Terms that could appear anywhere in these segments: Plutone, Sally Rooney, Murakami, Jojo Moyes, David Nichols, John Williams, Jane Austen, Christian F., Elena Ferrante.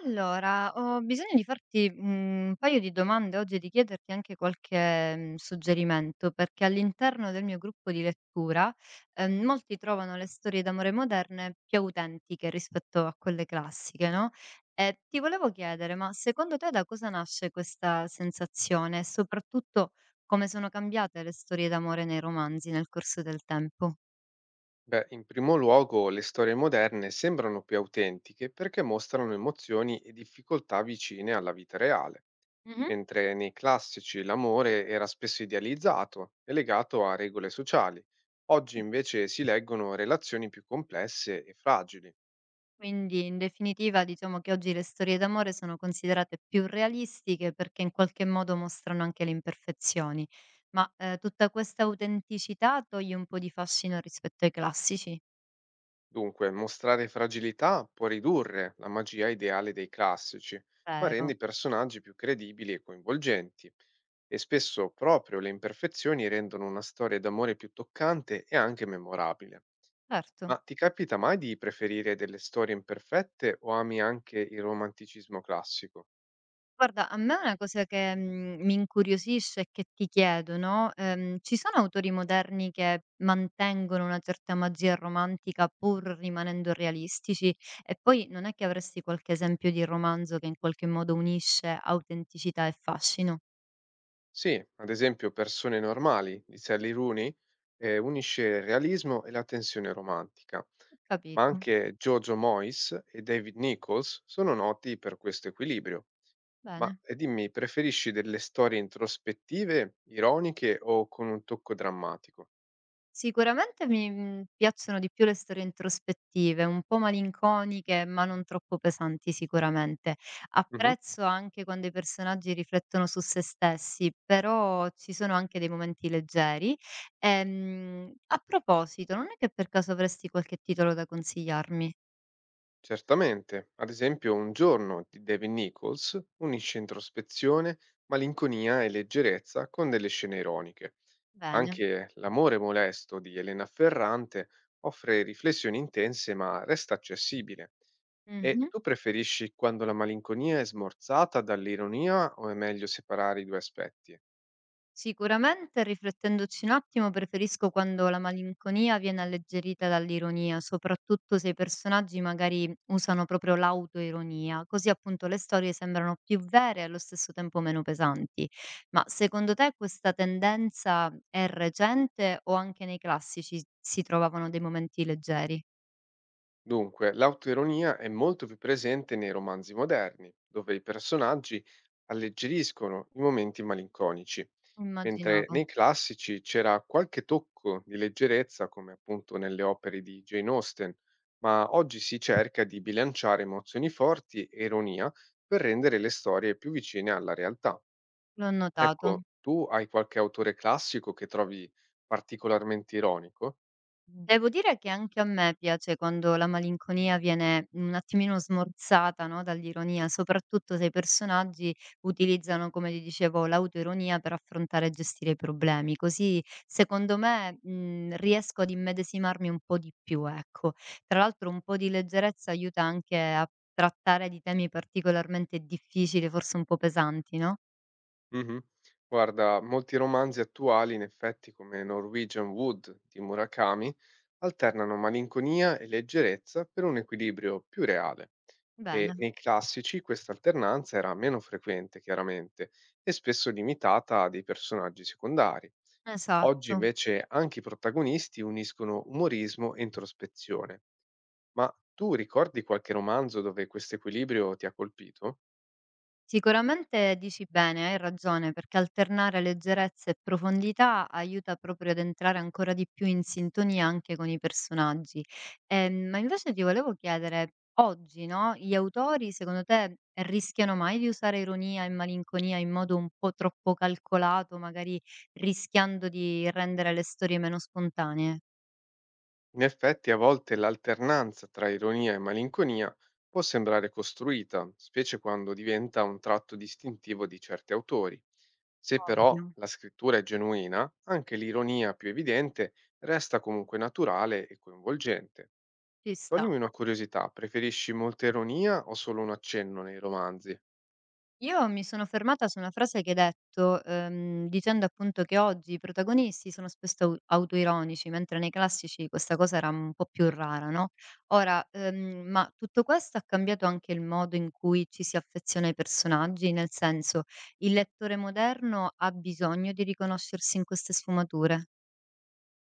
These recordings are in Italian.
Allora, ho bisogno di farti, un paio di domande oggi e di chiederti anche qualche, suggerimento, perché all'interno del mio gruppo di lettura, molti trovano le storie d'amore moderne più autentiche rispetto a quelle classiche, no, e ti volevo chiedere, ma secondo te da cosa nasce questa sensazione e soprattutto come sono cambiate le storie d'amore nei romanzi nel corso del tempo? Beh, in primo luogo, le storie moderne sembrano più autentiche perché mostrano emozioni e difficoltà vicine alla vita reale, Mh-mh. mentre nei classici l'amore era spesso idealizzato e legato a regole sociali. Oggi invece si leggono relazioni più complesse e fragili. Quindi in definitiva diciamo che oggi le storie d'amore sono considerate più realistiche perché in qualche modo mostrano anche le imperfezioni. Ma, tutta questa autenticità toglie un po' di fascino rispetto ai classici? Dunque, mostrare fragilità può ridurre la magia ideale dei classici, ma rende Vero, i personaggi più credibili e coinvolgenti. E spesso proprio le imperfezioni rendono una storia d'amore più toccante e anche memorabile. certo. Ma ti capita mai di preferire delle storie imperfette o ami anche il romanticismo classico? Guarda, a me una cosa che, mi incuriosisce e che ti chiedo, no, ci sono autori moderni che mantengono una certa magia romantica pur rimanendo realistici? E poi non è che avresti qualche esempio di romanzo che in qualche modo unisce autenticità e fascino? Sì, ad esempio Persone normali di Sally Rooney unisce il realismo e la tensione romantica. Ho Ma capito, anche Jojo Moyes e David Nichols sono noti per questo equilibrio. Ma bene. Dimmi, preferisci delle storie introspettive, ironiche o con un tocco drammatico? Sicuramente mi piacciono di più le storie introspettive, un po' malinconiche, ma non troppo pesanti sicuramente. Apprezzo anche quando i personaggi riflettono su se stessi, però ci sono anche dei momenti leggeri. A proposito, non è che per caso avresti qualche titolo da consigliarmi? Certamente, ad esempio un giorno di David Nichols unisce introspezione, malinconia e leggerezza con delle scene ironiche. Bene. Anche L'amore molesto di Elena Ferrante offre riflessioni intense ma resta accessibile. E Mh-mh. tu preferisci quando la malinconia è smorzata dall'ironia o è meglio separare i due aspetti? Sicuramente, riflettendoci un attimo, preferisco quando la malinconia viene alleggerita dall'ironia, soprattutto se i personaggi magari usano proprio l'autoironia, così appunto le storie sembrano più vere e allo stesso tempo meno pesanti. Ma secondo te questa tendenza è recente o anche nei classici si trovavano dei momenti leggeri? Dunque, l'autoironia è molto più presente nei romanzi moderni, dove i personaggi alleggeriscono i momenti malinconici. Mentre Immaginavo, nei classici c'era qualche tocco di leggerezza, come appunto nelle opere di Jane Austen, ma oggi si cerca di bilanciare emozioni forti e ironia per rendere le storie più vicine alla realtà. l'ho notato. Ecco, tu hai qualche autore classico che trovi particolarmente ironico? Devo dire che anche a me piace quando la malinconia viene un attimino smorzata, no, dall'ironia, soprattutto se i personaggi utilizzano, come ti dicevo, l'autoironia per affrontare e gestire i problemi. Così, secondo me, riesco ad immedesimarmi un po' di più, ecco. Tra l'altro, un po' di leggerezza aiuta anche a trattare di temi particolarmente difficili, forse un po' pesanti, no? Mhm. Guarda, molti romanzi attuali, in effetti, come Norwegian Wood di Murakami, alternano malinconia e leggerezza per un equilibrio più reale. E Bene, nei classici questa alternanza era meno frequente, chiaramente, e spesso limitata a dei personaggi secondari. Oggi esatto. invece anche i protagonisti uniscono umorismo e introspezione. Ma tu ricordi qualche romanzo dove questo equilibrio ti ha colpito? Sicuramente dici bene, hai ragione, perché alternare leggerezza e profondità aiuta proprio ad entrare ancora di più in sintonia anche con i personaggi. Ma invece ti volevo chiedere, oggi, no, gli autori secondo te rischiano mai di usare ironia e malinconia in modo un po' troppo calcolato, magari rischiando di rendere le storie meno spontanee? In effetti, a volte l'alternanza tra ironia e malinconia può sembrare costruita, specie quando diventa un tratto distintivo di certi autori. Se però Ovvio, la scrittura è genuina, anche l'ironia più evidente resta comunque naturale e coinvolgente. ci sta. Toglimi una curiosità, preferisci molta ironia o solo un accenno nei romanzi? Io mi sono fermata su una frase che hai detto, dicendo appunto che oggi i protagonisti sono spesso au autoironici, mentre nei classici questa cosa era un po' più rara, no, ora, ma tutto questo ha cambiato anche il modo in cui ci si affeziona ai personaggi? Nel senso, il lettore moderno ha bisogno di riconoscersi in queste sfumature?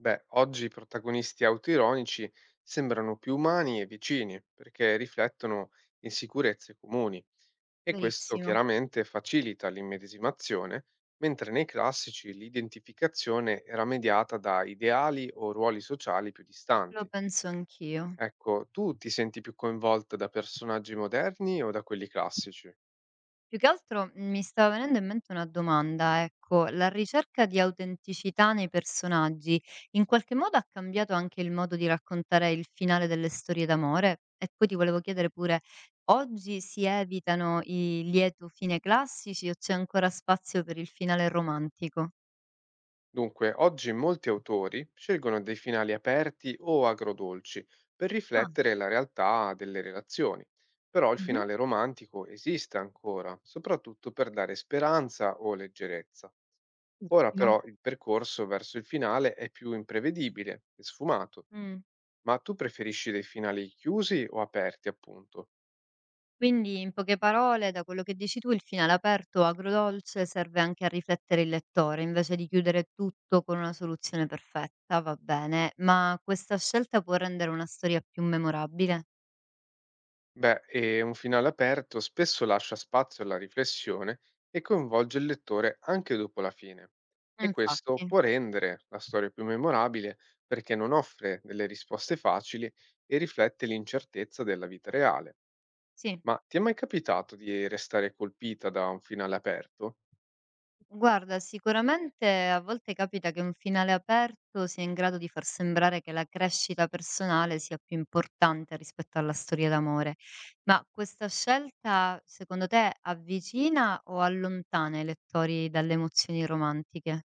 Beh, oggi i protagonisti autoironici sembrano più umani e vicini, perché riflettono insicurezze comuni. E questo Verissimo, chiaramente facilita l'immedesimazione, mentre nei classici l'identificazione era mediata da ideali o ruoli sociali più lo distanti. penso anch'io. Ecco, tu ti senti più coinvolta da personaggi moderni o da quelli classici? Più che altro mi stava venendo in mente una domanda, ecco, la ricerca di autenticità nei personaggi in qualche modo ha cambiato anche il modo di raccontare il finale delle storie d'amore? E poi ti volevo chiedere pure, oggi si evitano i lieto fine classici o c'è ancora spazio per il finale romantico? Dunque, oggi molti autori scelgono dei finali aperti o agrodolci per Ah, riflettere la realtà delle relazioni, però il mh-mh, finale romantico esiste ancora, soprattutto per dare speranza o leggerezza. Ora ottimo. però il percorso verso il finale è più imprevedibile e sfumato, Mh. ma tu preferisci dei finali chiusi o aperti, appunto? Quindi, in poche parole, da quello che dici tu, il finale aperto agrodolce serve anche a riflettere il lettore, invece di chiudere tutto con una soluzione perfetta, va bene, ma questa scelta può rendere una storia più memorabile? Beh, e un finale aperto spesso lascia spazio alla riflessione e coinvolge il lettore anche dopo la fine. E questo Infatti, può rendere la storia più memorabile perché non offre delle risposte facili e riflette l'incertezza della vita reale. sì. Ma ti è mai capitato di restare colpita da un finale aperto? Guarda, sicuramente a volte capita che un finale aperto sia in grado di far sembrare che la crescita personale sia più importante rispetto alla storia d'amore, ma questa scelta secondo te avvicina o allontana i lettori dalle emozioni romantiche?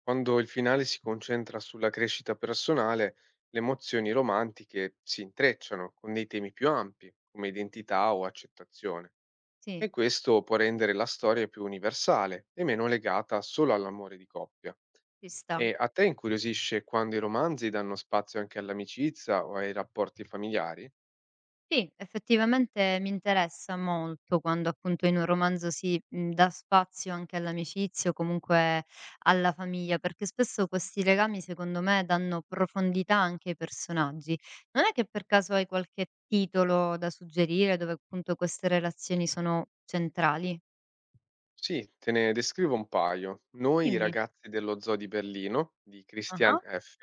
Quando il finale si concentra sulla crescita personale, le emozioni romantiche si intrecciano con dei temi più ampi, come identità o accettazione, Sì, e questo può rendere la storia più universale e meno legata solo all'amore di coppia. ci sta. E a te incuriosisce quando i romanzi danno spazio anche all'amicizia o ai rapporti familiari? Sì, effettivamente mi interessa molto quando appunto in un romanzo si dà spazio anche all'amicizia o comunque alla famiglia, perché spesso questi legami secondo me danno profondità anche ai personaggi. Non è che per caso hai qualche titolo da suggerire dove appunto queste relazioni sono centrali? Sì, te ne descrivo un paio. Noi, i Dimmi. ragazzi dello zoo di Berlino, di Christian Ah, F.,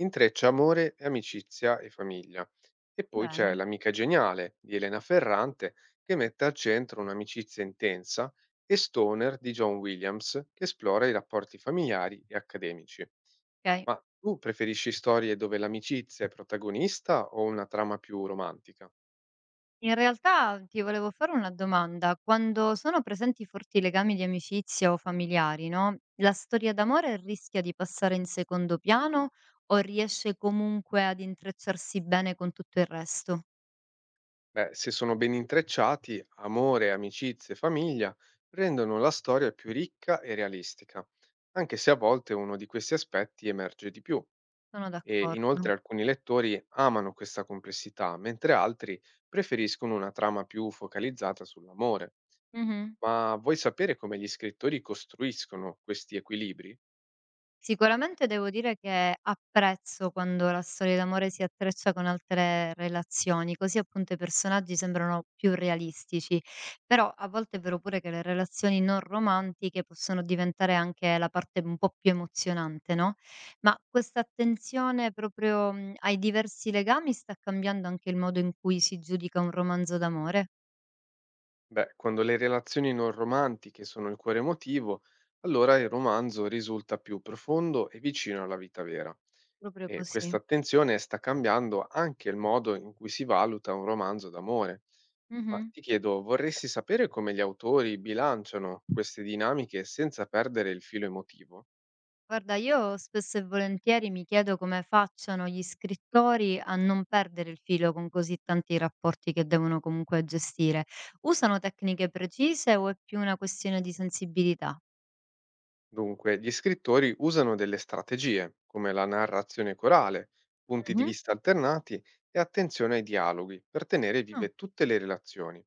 intreccia amore, e amicizia e famiglia. E poi c'è bene, L'amica geniale di Elena Ferrante, che mette al centro un'amicizia intensa, e Stoner di John Williams, che esplora i rapporti familiari e accademici. ok. Ma tu preferisci storie dove l'amicizia è protagonista o una trama più romantica? In realtà ti volevo fare una domanda. Quando sono presenti forti legami di amicizia o familiari, no? La storia d'amore rischia di passare in secondo piano o riesce comunque ad intrecciarsi bene con tutto il resto? Beh, se sono ben intrecciati, amore, amicizie e famiglia rendono la storia più ricca e realistica, anche se a volte uno di questi aspetti emerge di più. Sono E d'accordo. inoltre alcuni lettori amano questa complessità, mentre altri preferiscono una trama più focalizzata sull'amore. Mhm. Ma vuoi sapere come gli scrittori costruiscono questi equilibri? Sicuramente devo dire che apprezzo quando la storia d'amore si intreccia con altre relazioni, così appunto i personaggi sembrano più realistici. Però a volte è vero pure che le relazioni non romantiche possono diventare anche la parte un po' più emozionante, no, ma questa attenzione proprio, ai diversi legami sta cambiando anche il modo in cui si giudica un romanzo d'amore? Beh, quando le relazioni non romantiche sono il cuore emotivo, allora il romanzo risulta più profondo e vicino alla vita vera. Proprio E questa così. attenzione sta cambiando anche il modo in cui si valuta un romanzo d'amore. Ma Mh-mh. ti chiedo, vorresti sapere come gli autori bilanciano queste dinamiche senza perdere il filo emotivo? Guarda, io spesso e volentieri mi chiedo come facciano gli scrittori a non perdere il filo con così tanti rapporti che devono comunque gestire. Usano tecniche precise o è più una questione di sensibilità? Dunque, gli scrittori usano delle strategie, come la narrazione corale, punti di Mhm. vista alternati e attenzione ai dialoghi, per tenere Ah, vive tutte le relazioni.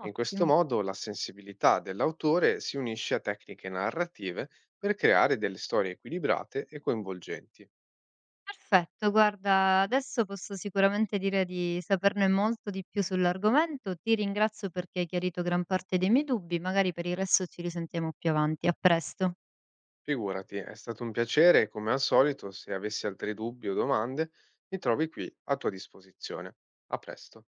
In questo modo la sensibilità dell'autore si unisce a tecniche narrative per creare delle storie equilibrate e coinvolgenti. Perfetto, guarda, adesso posso sicuramente dire di saperne molto di più sull'argomento. Ti ringrazio perché hai chiarito gran parte dei miei dubbi, magari per il resto ci risentiamo più avanti. A presto. Figurati, è stato un piacere e come al solito, se avessi altri dubbi o domande, mi trovi qui a tua disposizione. A presto.